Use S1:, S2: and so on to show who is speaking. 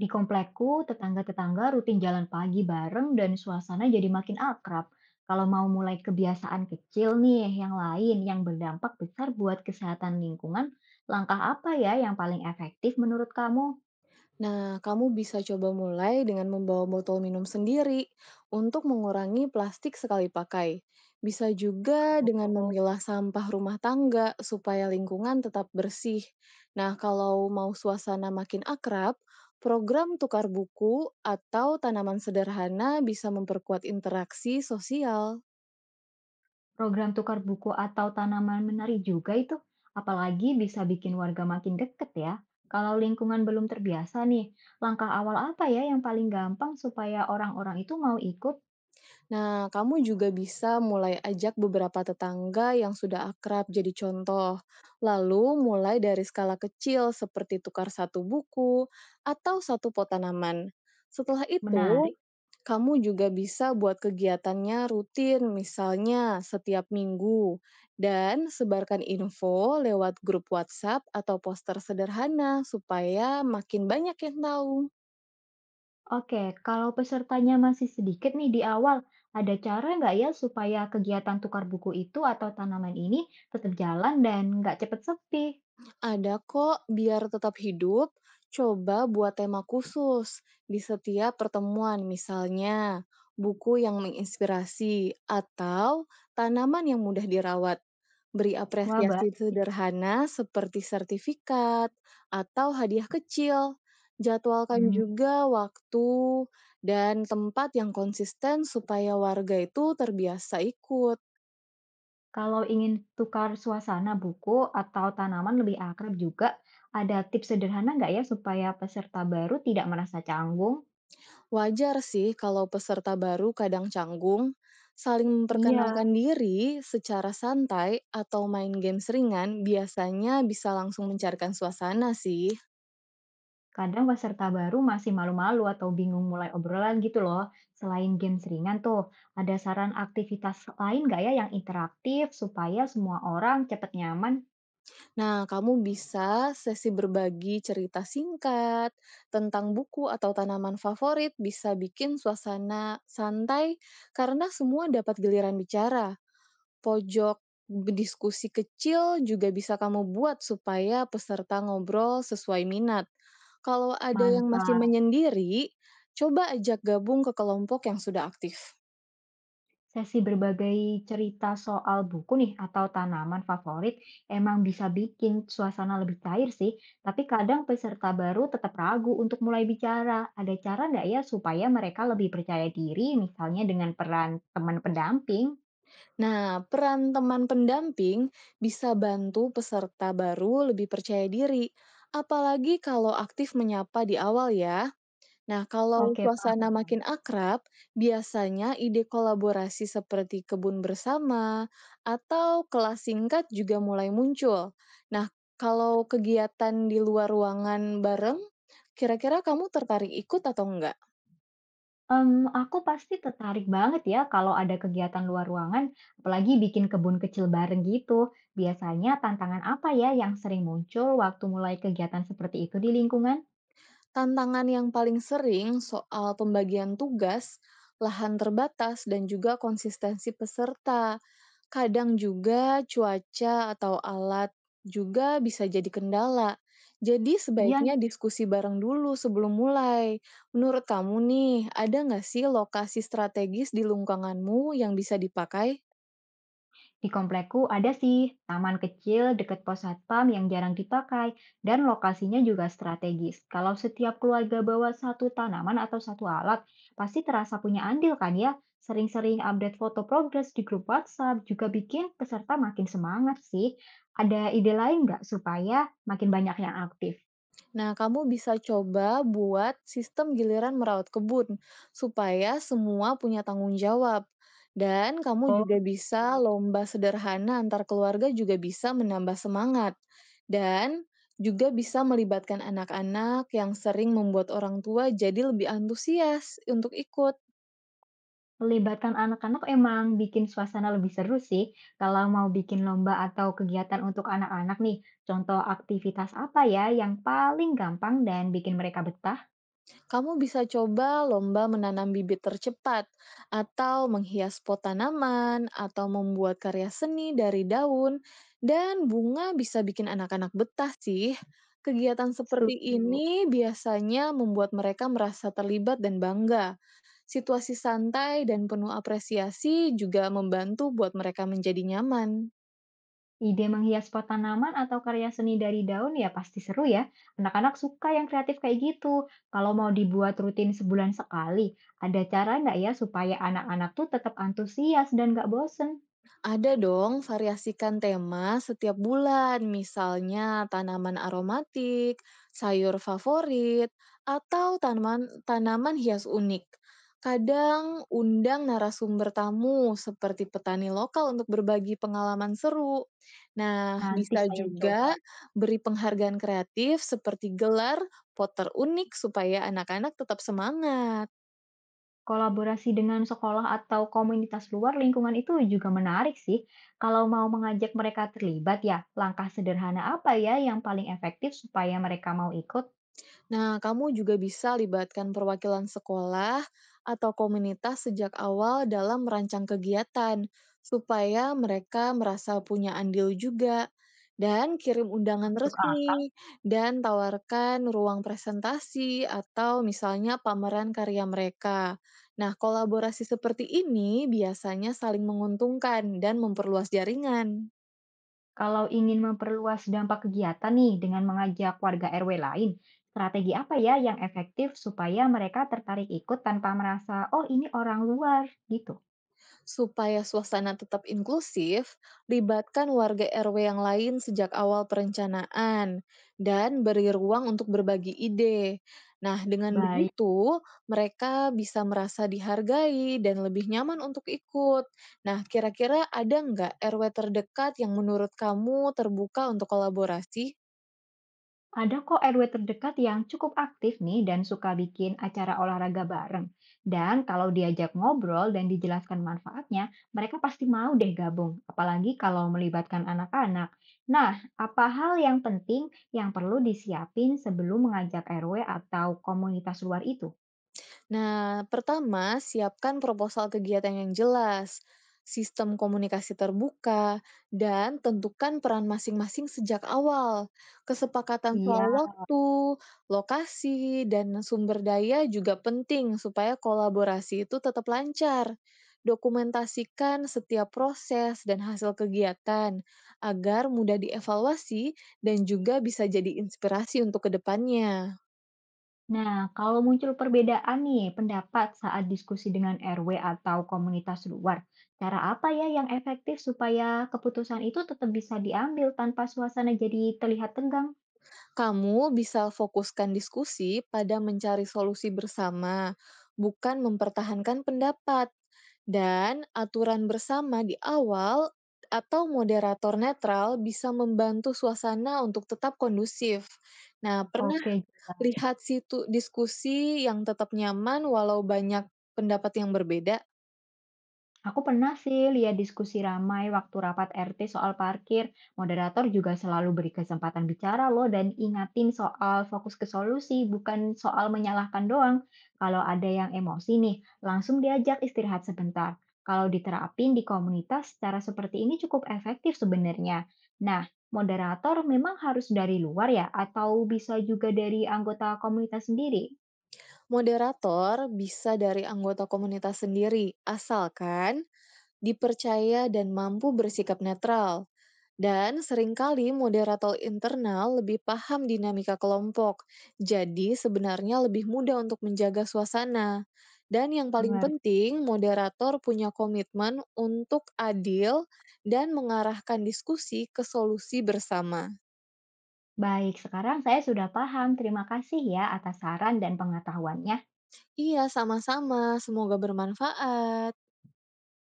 S1: Di komplekku, tetangga-tetangga rutin jalan pagi bareng dan suasana jadi makin akrab. Kalau mau mulai kebiasaan kecil nih, yang lain yang berdampak besar buat kesehatan lingkungan, langkah apa ya yang paling efektif menurut kamu?
S2: Nah, kamu bisa coba mulai dengan membawa botol minum sendiri untuk mengurangi plastik sekali pakai. Bisa juga dengan
S1: Oh.
S2: memilah sampah rumah tangga supaya lingkungan tetap bersih. Nah, kalau mau suasana makin akrab, program tukar buku atau tanaman sederhana bisa memperkuat interaksi sosial.
S1: Program tukar buku atau tanaman menari juga itu, apalagi bisa bikin warga makin deket ya. Kalau lingkungan belum terbiasa nih, langkah awal apa ya yang paling gampang supaya orang-orang itu mau ikut
S2: Nah, kamu juga bisa mulai ajak beberapa tetangga yang sudah akrab jadi contoh. Lalu mulai dari skala kecil seperti tukar satu buku atau satu pot tanaman. Setelah itu,
S1: menari.
S2: kamu juga bisa buat kegiatannya rutin, misalnya setiap minggu. Dan sebarkan info lewat grup WhatsApp atau poster sederhana supaya makin banyak yang tahu.
S1: Oke, kalau pesertanya masih sedikit nih di awal, ada cara nggak ya supaya kegiatan tukar buku itu atau tanaman ini tetap jalan dan nggak cepat sepi?
S2: Ada kok, biar tetap hidup, coba buat tema khusus di setiap pertemuan, misalnya buku yang menginspirasi atau tanaman yang mudah dirawat. Beri
S1: Wah,
S2: apresiasi
S1: baik.
S2: sederhana seperti sertifikat atau hadiah kecil. Jadwalkan
S1: Hmm,
S2: juga waktu dan tempat yang konsisten supaya warga itu terbiasa ikut.
S1: Kalau ingin tukar suasana buku atau tanaman lebih akrab juga, ada tips sederhana nggak ya supaya peserta baru tidak merasa canggung?
S2: Wajar sih kalau peserta baru kadang canggung, saling
S1: Iya.
S2: memperkenalkan diri secara santai atau main games ringan biasanya bisa langsung mencairkan suasana sih.
S1: Kadang peserta baru masih malu-malu atau bingung mulai obrolan gitu loh. Selain games ringan tuh, ada saran aktivitas lain nggak ya yang interaktif supaya semua orang cepat nyaman?
S2: Nah, kamu bisa sesi berbagi cerita singkat tentang buku atau tanaman favorit bisa bikin suasana santai karena semua dapat giliran bicara. Pojok diskusi kecil juga bisa kamu buat supaya peserta ngobrol sesuai minat. Kalau ada yang masih
S1: Mantap.
S2: menyendiri, coba ajak gabung ke kelompok yang sudah aktif.
S1: Sesi berbagai cerita soal buku nih atau tanaman favorit emang bisa bikin suasana lebih cair sih, tapi kadang peserta baru tetap ragu untuk mulai bicara. Ada cara nggak ya supaya mereka lebih percaya diri, misalnya dengan peran teman pendamping?
S2: Nah, peran teman pendamping bisa bantu peserta baru lebih percaya diri, apalagi kalau aktif menyapa di awal ya. Nah, kalau
S1: Oke, Pak.
S2: suasana makin akrab, biasanya ide kolaborasi seperti kebun bersama atau kelas singkat juga mulai muncul. Nah, kalau kegiatan di luar ruangan bareng, kira-kira kamu tertarik ikut atau enggak?
S1: Aku pasti tertarik banget ya kalau ada kegiatan luar ruangan, apalagi bikin kebun kecil bareng gitu. Biasanya tantangan apa ya yang sering muncul waktu mulai kegiatan seperti itu di lingkungan?
S2: Tantangan yang paling sering soal pembagian tugas, lahan terbatas, dan juga konsistensi peserta. Kadang juga cuaca atau alat juga bisa jadi kendala. Jadi
S1: Iya.
S2: sebaiknya diskusi bareng dulu sebelum mulai. Menurut kamu nih, ada nggak sih lokasi strategis di lingkunganmu yang bisa dipakai?
S1: Di komplekku ada sih taman kecil dekat pos satpam yang jarang dipakai dan lokasinya juga strategis. Kalau setiap keluarga bawa satu tanaman atau satu alat, pasti terasa punya andil kan ya? Sering-sering update foto progres di grup WhatsApp juga bikin peserta makin semangat sih. Ada ide lain nggak supaya makin banyak yang aktif?
S2: Nah, kamu bisa coba buat sistem giliran merawat kebun supaya semua punya tanggung jawab. Dan kamu
S1: Oh
S2: juga bisa
S1: gitu.
S2: lomba sederhana antar keluarga juga bisa menambah semangat. Dan juga bisa melibatkan anak-anak yang sering membuat orang tua jadi lebih antusias untuk ikut.
S1: Melibatkan anak-anak emang bikin suasana lebih seru sih. Kalau mau bikin lomba atau kegiatan untuk anak-anak nih, contoh aktivitas apa ya yang paling gampang dan bikin mereka betah?
S2: Kamu bisa coba lomba menanam bibit tercepat, atau menghias pot tanaman, atau membuat karya seni dari daun, dan bunga bisa bikin anak-anak betah sih. Kegiatan seperti
S1: Setuju.
S2: ini biasanya membuat mereka merasa terlibat dan bangga. Situasi santai dan penuh apresiasi juga membantu buat mereka menjadi nyaman.
S1: Ide menghias pot tanaman atau karya seni dari daun ya pasti seru ya. Anak-anak suka yang kreatif kayak gitu. Kalau mau dibuat rutin sebulan sekali, ada cara nggak ya supaya anak-anak tuh tetap antusias dan nggak bosen?
S2: Ada dong, variasikan tema setiap bulan, misalnya tanaman aromatik, sayur favorit, atau tanaman tanaman hias unik. Kadang undang narasumber tamu seperti petani lokal untuk berbagi pengalaman seru. Nah,
S1: Nanti
S2: bisa
S1: saya
S2: juga
S1: coba.
S2: beri penghargaan kreatif seperti gelar potter unik supaya anak-anak tetap semangat.
S1: Kolaborasi dengan sekolah atau komunitas luar lingkungan itu juga menarik sih. Kalau mau mengajak mereka terlibat ya, langkah sederhana apa ya yang paling efektif supaya mereka mau ikut?
S2: Nah, kamu juga bisa libatkan perwakilan sekolah atau komunitas sejak awal dalam merancang kegiatan, supaya mereka merasa punya andil juga. Dan kirim undangan
S1: Masuk akal.
S2: resmi, dan tawarkan ruang presentasi atau misalnya pameran karya mereka. Nah, kolaborasi seperti ini biasanya saling menguntungkan dan memperluas jaringan.
S1: Kalau ingin memperluas dampak kegiatan nih dengan mengajak warga RW lain, strategi apa ya yang efektif supaya mereka tertarik ikut tanpa merasa, oh ini orang luar gitu?
S2: Supaya suasana tetap inklusif, libatkan warga RW yang lain sejak awal perencanaan dan beri ruang untuk berbagi ide. Nah, dengan
S1: Baik.
S2: begitu mereka bisa merasa dihargai dan lebih nyaman untuk ikut. Nah, kira-kira ada nggak RW terdekat yang menurut kamu terbuka untuk kolaborasi?
S1: Ada kok RW terdekat yang cukup aktif nih dan suka bikin acara olahraga bareng. Dan kalau diajak ngobrol dan dijelaskan manfaatnya, mereka pasti mau deh gabung, apalagi kalau melibatkan anak-anak. Nah, apa hal yang penting yang perlu disiapin sebelum mengajak RW atau komunitas luar itu?
S2: Nah, pertama, siapkan proposal kegiatan yang jelas, sistem komunikasi terbuka, dan tentukan peran masing-masing sejak awal. Kesepakatan
S1: Iya.
S2: soal waktu, lokasi, dan sumber daya juga penting supaya kolaborasi itu tetap lancar. Dokumentasikan setiap proses dan hasil kegiatan agar mudah dievaluasi dan juga bisa jadi inspirasi untuk kedepannya.
S1: Nah, kalau muncul perbedaan nih pendapat saat diskusi dengan RW atau komunitas luar, cara apa ya yang efektif supaya keputusan itu tetap bisa diambil tanpa suasana jadi terlihat tegang?
S2: Kamu bisa fokuskan diskusi pada mencari solusi bersama, bukan mempertahankan pendapat. Dan aturan bersama di awal atau moderator netral bisa membantu suasana untuk tetap kondusif. Nah, pernah
S1: Oke.
S2: lihat situ diskusi yang tetap nyaman walau banyak pendapat yang berbeda?
S1: Aku pernah sih lihat diskusi ramai waktu rapat RT soal parkir. Moderator juga selalu beri kesempatan bicara loh dan ingatin soal fokus ke solusi, bukan soal menyalahkan doang. Kalau ada yang emosi nih, langsung diajak istirahat sebentar. Kalau diterapin di komunitas, cara seperti ini cukup efektif sebenarnya. Nah, moderator memang harus dari luar ya, atau bisa juga dari anggota komunitas sendiri?
S2: Moderator bisa dari anggota komunitas sendiri, asalkan dipercaya dan mampu bersikap netral. Dan seringkali moderator internal lebih paham dinamika kelompok, jadi sebenarnya lebih mudah untuk menjaga suasana. Dan yang paling penting, moderator punya komitmen untuk adil dan mengarahkan diskusi ke solusi bersama.
S1: Baik, sekarang saya sudah paham. Terima kasih ya atas saran dan pengetahuannya.
S2: Iya, sama-sama. Semoga bermanfaat.